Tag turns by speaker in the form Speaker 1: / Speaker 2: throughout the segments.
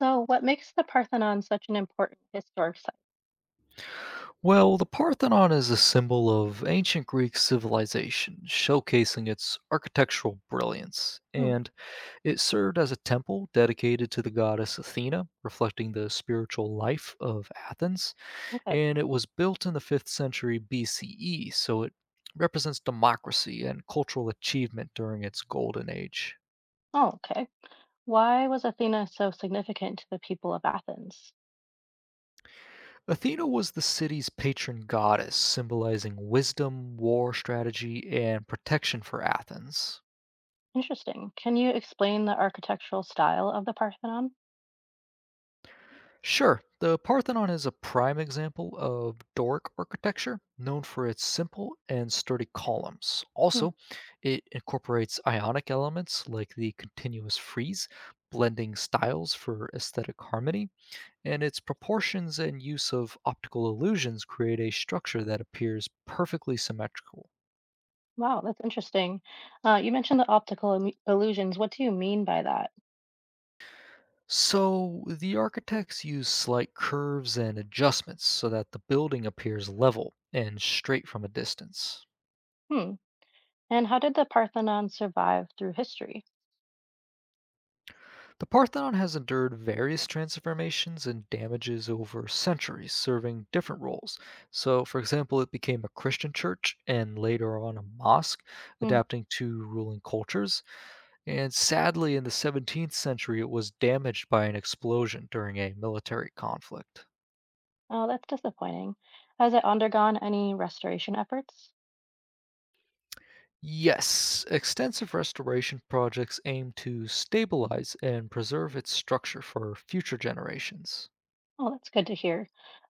Speaker 1: So, what makes the Parthenon such an important historic site?
Speaker 2: Well, the Parthenon is a symbol of ancient Greek civilization, showcasing its architectural brilliance,
Speaker 1: Hmm,
Speaker 2: and it served as a temple dedicated to the goddess Athena, reflecting the spiritual life of Athens,
Speaker 1: okay.
Speaker 2: and it was built in the 5th century BCE, so it represents democracy and cultural achievement during its golden age.
Speaker 1: Oh, okay. Why was Athena so significant to the people of Athens?
Speaker 2: Athena was the city's patron goddess, symbolizing wisdom, war strategy, and protection for Athens.
Speaker 1: Interesting. Can you explain the architectural style of the Parthenon?
Speaker 2: Sure, the Parthenon is a prime example of Doric architecture, known for its simple and sturdy columns.
Speaker 1: Hmm,
Speaker 2: Also, it incorporates Ionic elements like the continuous frieze, blending styles for aesthetic harmony, and its proportions and use of optical illusions create a structure that appears perfectly symmetrical.
Speaker 1: wow, that's interesting. You mentioned the optical illusions. What do you mean by that?
Speaker 2: So, the architects use slight curves and adjustments so that the building appears level and straight from a distance.
Speaker 1: Hmm. And how did the Parthenon survive through history?
Speaker 2: The Parthenon has endured various transformations and damages over centuries, serving different roles. So, for example, it became a Christian church and later on a mosque,
Speaker 1: Hmm.
Speaker 2: adapting to ruling cultures. And sadly, in the 17th century, it was damaged by an explosion during a military conflict.
Speaker 1: Oh, that's disappointing. Has it undergone any restoration efforts?
Speaker 2: Yes, extensive restoration projects aim to stabilize and preserve its structure for future generations.
Speaker 1: Oh, that's good to hear.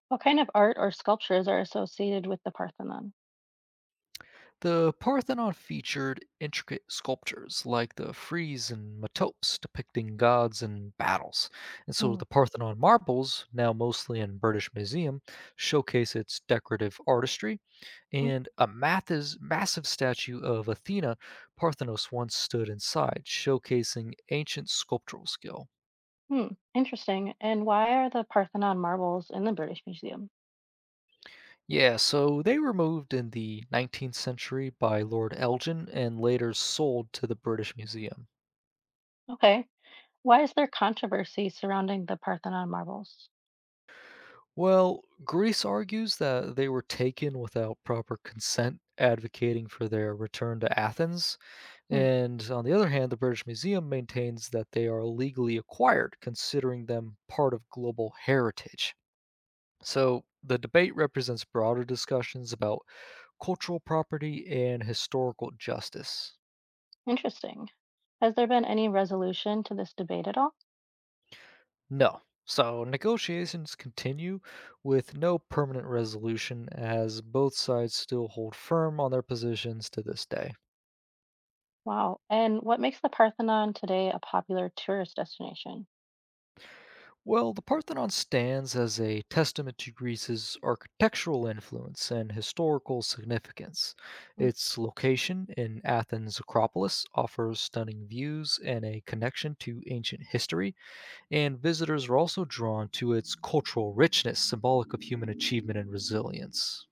Speaker 1: What kind of art or sculptures are associated with the Parthenon?
Speaker 2: The Parthenon featured intricate sculptures like the frieze and metopes depicting gods and battles. And so
Speaker 1: Hmm.
Speaker 2: the Parthenon marbles, now mostly in British Museum, showcase its decorative artistry,
Speaker 1: Mm.
Speaker 2: and a massive statue of Athena Parthenos once stood inside, showcasing ancient sculptural skill.
Speaker 1: Hmm. Interesting. And why are the Parthenon marbles in the British Museum?
Speaker 2: Yeah, so they were moved in the 19th century by Lord Elgin and later sold to the British Museum.
Speaker 1: Okay. Why is there controversy surrounding the Parthenon marbles?
Speaker 2: Well, Greece argues that they were taken without proper consent, advocating for their return to Athens.
Speaker 1: Hmm.
Speaker 2: And on the other hand, the British Museum maintains that they are legally acquired, considering them part of global heritage. So the debate represents broader discussions about cultural property and historical justice.
Speaker 1: Interesting. Has there been any resolution to this debate at all?
Speaker 2: No. So negotiations continue with no permanent resolution as both sides still hold firm on their positions to this day.
Speaker 1: Wow. And what makes the Parthenon today a popular tourist destination?
Speaker 2: Well, the Parthenon stands as a testament to Greece's architectural influence and historical significance.
Speaker 1: Hmm.
Speaker 2: Its location in Athens' Acropolis offers stunning views and a connection to ancient history, and visitors are also drawn to its cultural richness, symbolic of human achievement and resilience.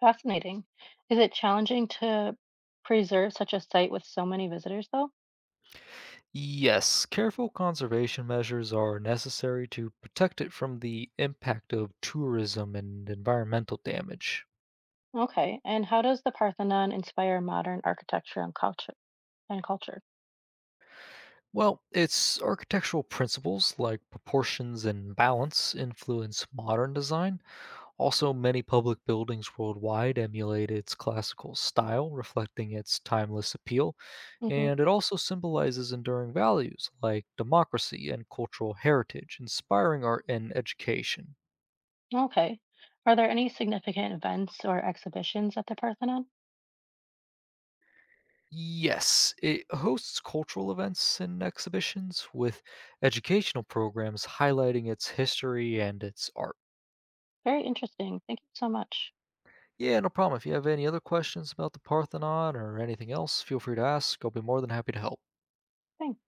Speaker 1: Fascinating. Is it challenging to preserve such a site with so many visitors, though?
Speaker 2: Yes, careful conservation measures are necessary to protect it from the impact of tourism and environmental damage.
Speaker 1: Okay. And how does the Parthenon inspire modern architecture and culture? And culture.
Speaker 2: Well, its architectural principles like proportions and balance influence modern design. Also, many public buildings worldwide emulate its classical style, reflecting its timeless appeal.
Speaker 1: Mm-hmm.
Speaker 2: And it also symbolizes enduring values like democracy and cultural heritage, inspiring art and education.
Speaker 1: Okay. Are there any significant events or exhibitions at the Parthenon?
Speaker 2: Yes, it hosts cultural events and exhibitions with educational programs highlighting its history and its art.
Speaker 1: Very interesting. Thank you so much.
Speaker 2: Yeah, no problem. If you have any other questions about the Parthenon or anything else, feel free to ask. I'll be more than happy to help.
Speaker 1: Thanks.